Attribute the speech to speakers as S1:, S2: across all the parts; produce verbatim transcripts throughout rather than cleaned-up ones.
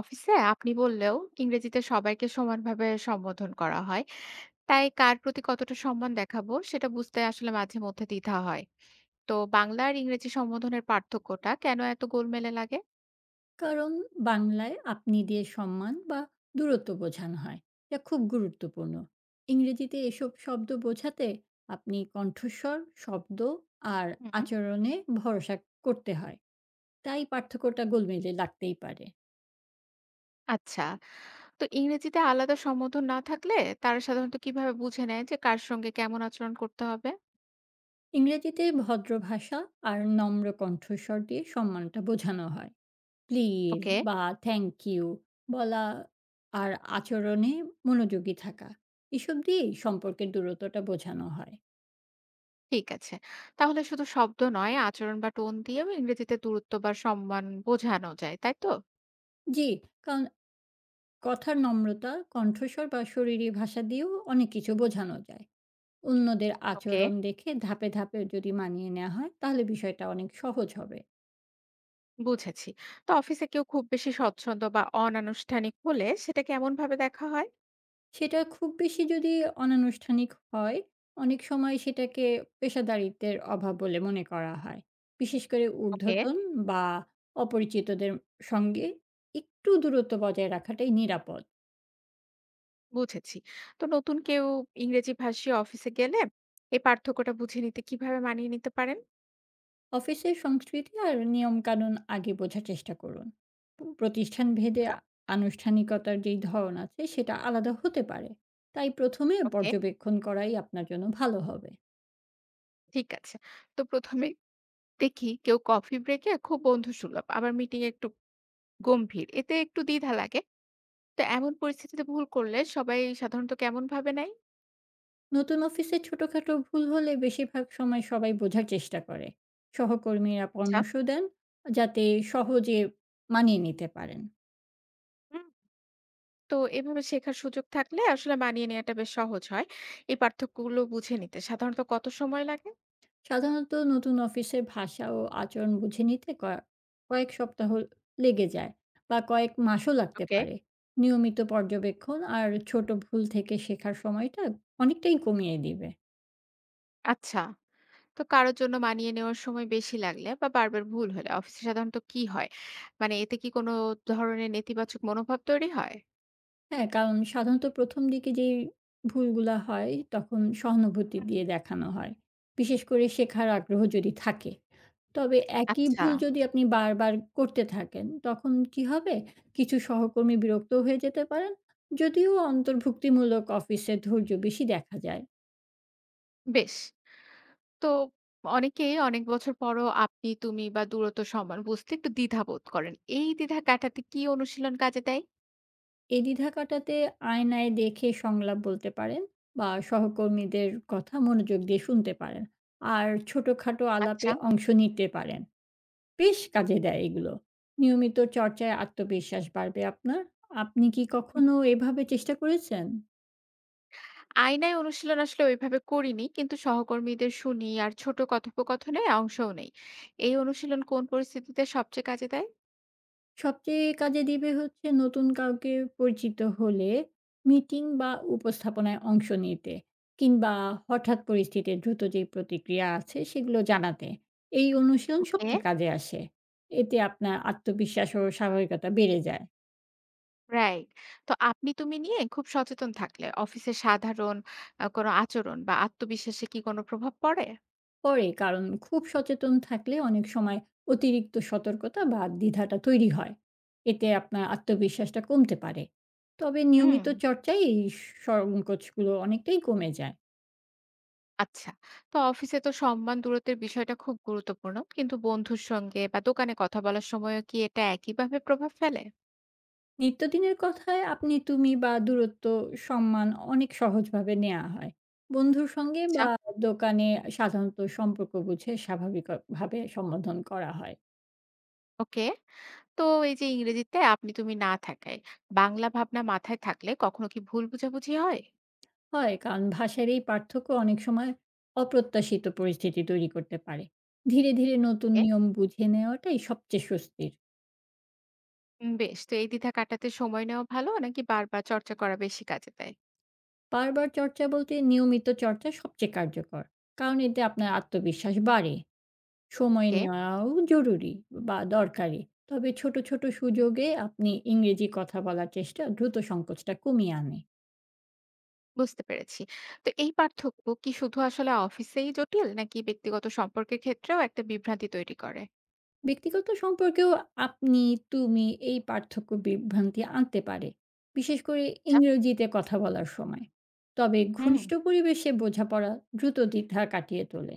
S1: অফিসে আপনি বললেও ইংরেজিতে সবাইকে সমানভাবে সম্বোধন করা হয়, তাই কার প্রতি কতটা সম্মান দেখাবো সেটা বুঝতে আসলে মাঝে মধ্যে দ্বিধা হয়। তো বাংলা আর ইংরেজি সম্বোধনের পার্থক্যটা কেন এত গোলমেলে লাগে?
S2: কারণ বাংলায় আপনি দিয়ে সম্মান বা দূরত্ব বোঝানো হয় যা খুব গুরুত্বপূর্ণ। ইংরেজিতে এসব শব্দ বোঝাতে আপনি কণ্ঠস্বর শব্দ আর
S1: হুম।
S2: আচরণে ভরসা করতে হয়। তাই পার্থক্যটা গোলমেলে লাগতেই পারে।
S1: আচ্ছা, তো ইংরেজিতে আলাদা সম্বোধন না থাকলে তারা সাধারণত কিভাবে বুঝে নেয় যে কার সঙ্গে কেমন আচরণ করতে হবে?
S2: ইংরেজিতে ভদ্র ভাষা আর নম্র কণ্ঠস্বর দিয়ে সম্মানটা বোঝানো হয়। Please
S1: okay.
S2: বা থ্যাংক ইউ বলা আর আচরণে মনোযোগী থাকা, এসব দিয়েই সম্পর্কের দূরত্বটা বোঝানো হয়।
S1: ঠিক আছে, তাহলে শুধু শব্দ নয়, আচরণ বা টোন দিয়েও ইংরেজিতে দূরত্ব বা সম্মান বোঝানো যায়, তাই তো?
S2: জি, কারণ কথার নম্রতা, কণ্ঠস্বর বা শরীরী ভাষা দিয়েও অনেক কিছু বোঝানো যায়। অন্যদের
S1: ওকে,
S2: আচরণ দেখে ধাপে, ধাপে যদি মানিয়ে নেওয়া হয় তাহলে বিষয়টা অনেক সহজ হবে।
S1: বুঝেছি। তো অফিসে কেউ খুব বেশি স্বচ্ছন্দ বা অনানুষ্ঠানিক হলে সেটা কেমন ভাবে দেখা হয়?
S2: সেটা খুব বেশি যদি অনানুষ্ঠানিক হয়, অনেক সময় সেটাকে পেশাদারিত্বের অভাব বলে মনে করা হয়। বিশেষ করে
S1: ওকে,
S2: ঊর্ধ্বতন বা অপরিচিতদের সঙ্গে একটু দূরত্ব বজায় রাখাটাই নিরাপদ।
S1: বুঝেছি। তো নতুন কেউ ইংরেজি ভাষী অফিসে গেলে এই পার্থক্যটা বুঝে নিতে কিভাবে মানিয়ে নিতে পারেন?
S2: অফিসের সংস্কৃতি আর নিয়মকানুন আগে বোঝার চেষ্টা করুন। প- প্রতিষ্ঠান ভেদে আ- আনুষ্ঠানিকতার যেই ধরন আছে সেটা আলাদা হতে পারে। তাই প্রথমে
S1: ওকে।
S2: পর্যবেক্ষণ করাই আপনার জন্য ভালো হবে।
S1: ঠিক আছে, তো প্রথমে দেখি, কেউ কফি ব্রেকে খুব বন্ধুসুলভ, আবার মিটিং এ একটু গম্ভীর, এতে একটু দ্বিধা লাগে। তো এমন পরিস্থিতিতে ভুল করলে সবাই সাধারণত কেমন ভাবে নেয়?
S2: নতুন অফিসে ছোটখাটো ভুল হলে বেশিরভাগ সময় সবাই বোঝার চেষ্টা করে। সহকর্মীরা
S1: আচ্ছা।
S2: পরামর্শ দেন যাতে সহজে মানিয়ে নিতে পারেন।
S1: হুম, তো এভাবে শেখার সুযোগ থাকলে আসলে মানিয়ে নেওয়াটা বেশ সহজ হয়। এই পার্থক্যগুলো বুঝে নিতে সাধারণত কত সময় লাগে?
S2: সাধারণত নতুন অফিসের ভাষা ও আচরণ বুঝে নিতে ক- কয়েক সপ্তাহ লেগে যায়, বা কয়েক মাসও লাগতে
S1: ওকে।
S2: পারে। নিয়মিত পর্যবেক্ষণ আর ছোট ভুল থেকে শেখার সময়টা অনেকটাই কমিয়ে দিবে।
S1: আচ্ছা, তো কারোর জন্য মানিয়ে নেওয়ার সময় বেশি লাগলে বা বারবার ভুল হলে অফিসে সাধারণত কি হয়? মানে এতে কি কোনো ধরনের নেতিবাচক মনোভাব তৈরি হয়?
S2: হ্যাঁ, কারণ সাধারণত প্রথম দিকে যেই ভুলগুলা হয় তখন সহানুভূতি দিয়ে দেখানো হয়। বিশেষ করে শেখার আগ্রহ যদি থাকে। তবে একই
S1: আচ্ছা।
S2: ভুল যদি আপনি বারবার করতে থাকেন তখন কি হবে? কিছু সহকর্মী বিরক্তও হয়ে যেতে পারেন। যদিও অন্তর্ভুক্তিমূলক অফিসে ধৈর্য বেশি দেখা যায়।
S1: বেশ, তো অনেকেই অনেক বছর পরও আপনি তুমি বা দূরত্ব সমান বুঝতে একটু দ্বিধা বোধ করেন, এই দ্বিধা কাটাতে কি অনুশীলন কাজে দেয়?
S2: এই দ্বিধা কাটাতে আয়নায় দেখে সংলাপ বলতে পারেন, বা সহকর্মীদের কথা মনোযোগ দিয়ে শুনতে পারেন। আর ছোটখাটো আলাপে
S1: আচ্ছা।
S2: অংশ নিতে পারেন। বেশ কাজে দেয় এগুলো। নিয়মিত চর্চায় আত্মবিশ্বাস বাড়বে আপনার। আপনি কি কখনো এভাবে চেষ্টা করেছেন?
S1: আয়নায় অনুশীলন আসলে ওইভাবে করিনি, কিন্তু সহকর্মীদের শুনি আর ছোট কথোপকথনে অংশও নেই। এই অনুশীলন কোন পরিস্থিতিতে সবচেয়ে কাজে দেয়?
S2: সবচেয়ে কাজে দিবে হচ্ছে নতুন কাউকে পরিচিত হলে, মিটিং বা উপস্থাপনায় অংশ নিতে, কিংবা হঠাৎ পরিস্থিতির দ্রুত যেই প্রতিক্রিয়া আছে সেগুলো জানাতে। এই অনুশীলন
S1: ওকে।
S2: সবচেয়ে কাজে আসে। এতে আপনার আত্মবিশ্বাস ও স্বাভাবিকতা বেড়ে যায়।
S1: রাইট, তো আপনি তুমি নিয়ে খুব সচেতন থাকলে অফিসের সাধারণ আহ, কোনো আচরণ বা আত্মবিশ্বাসে কি কোনো প্রভাব পড়ে?
S2: পড়ে। কারণ খুব সচেতন থাকলে অনেক সময় অতিরিক্ত সতর্কতা বা দ্বিধাটা তৈরি হয়। এতে আপনার আত্মবিশ্বাসটা কমতে পারে। তবে
S1: হুম।
S2: নিয়মিত চর্চায় এই সংকোচগুলো অনেকটাই কমে যায়।
S1: আচ্ছা, তো অফিসে তো সম্মান দূরত্বের বিষয়টা খুব গুরুত্বপূর্ণ, কিন্তু বন্ধুর সঙ্গে বা দোকানে কথা বলার সময়ও কি এটা একইভাবে প্রভাব ফেলে?
S2: নিত্যদিনের কথায় আপনি তুমি বা দূরত্ব সম্মান অনেক সহজভাবে নেয়া হয়। বন্ধুর সঙ্গে
S1: আচ্ছা।
S2: বা দোকানে সাধারণত সম্পর্ক বুঝে স্বাভাবিকভাবে সম্বোধন করা হয়।
S1: ওকে, তো এই যে ইংরেজিতে আপনি তুমি না থাকায় বাংলা ভাবনা মাথায় থাকলে কখনো কি ভুল বোঝাবুঝি হয়?
S2: হয়, কারণ ভাষার এই পার্থক্য অনেক সময় অপ্রত্যাশিত পরিস্থিতি তৈরি করতে পারে। ধীরে, ধীরে নতুন
S1: এ,
S2: নিয়ম বুঝে নেওয়াটাই সবচেয়ে স্বস্তির।
S1: উম, বেশ, তো এই দ্বিধা কাটাতে সময় নেওয়া ভালো নাকি বারবার চর্চা করা বেশি কাজে দেয়?
S2: বারবার চর্চা বলতে নিয়মিত চর্চা সবচেয়ে কার্যকর। কারণ এতে আপনার আত্মবিশ্বাস বাড়ে। সময়
S1: ওকে,
S2: নেওয়াও জরুরি বা দরকারি। তবে ছোট, ছোট সুযোগে আপনি ইংরেজি কথা বলার চেষ্টা দ্রুত সংকোচটা কমিয়ে আনে।
S1: বুঝতে পেরেছি। তো এই পার্থক্য কি শুধু আসলে অফিসেই জটিল, নাকি ব্যক্তিগত সম্পর্কের ক্ষেত্রেও একটা বিভ্রান্তি তৈরি করে?
S2: ব্যক্তিগত সম্পর্কেও আপনি, তুমি এই পার্থক্য বিভ্রান্তি আনতে পারে, বিশেষ করে
S1: আচ্ছা।
S2: ইংরেজিতে কথা বলার সময়। তবে
S1: হুম।
S2: ঘনিষ্ঠ পরিবেশে বোঝাপড়া দ্রুত দ্বিধা কাটিয়ে তোলে।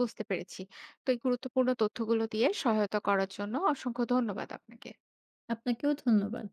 S1: বুঝতে পেরেছি, তো এই গুরুত্বপূর্ণ তথ্যগুলো দিয়ে সহায়তা করার জন্য অসংখ্য ধন্যবাদ আপনাকে।
S2: আপনাকেও ধন্যবাদ।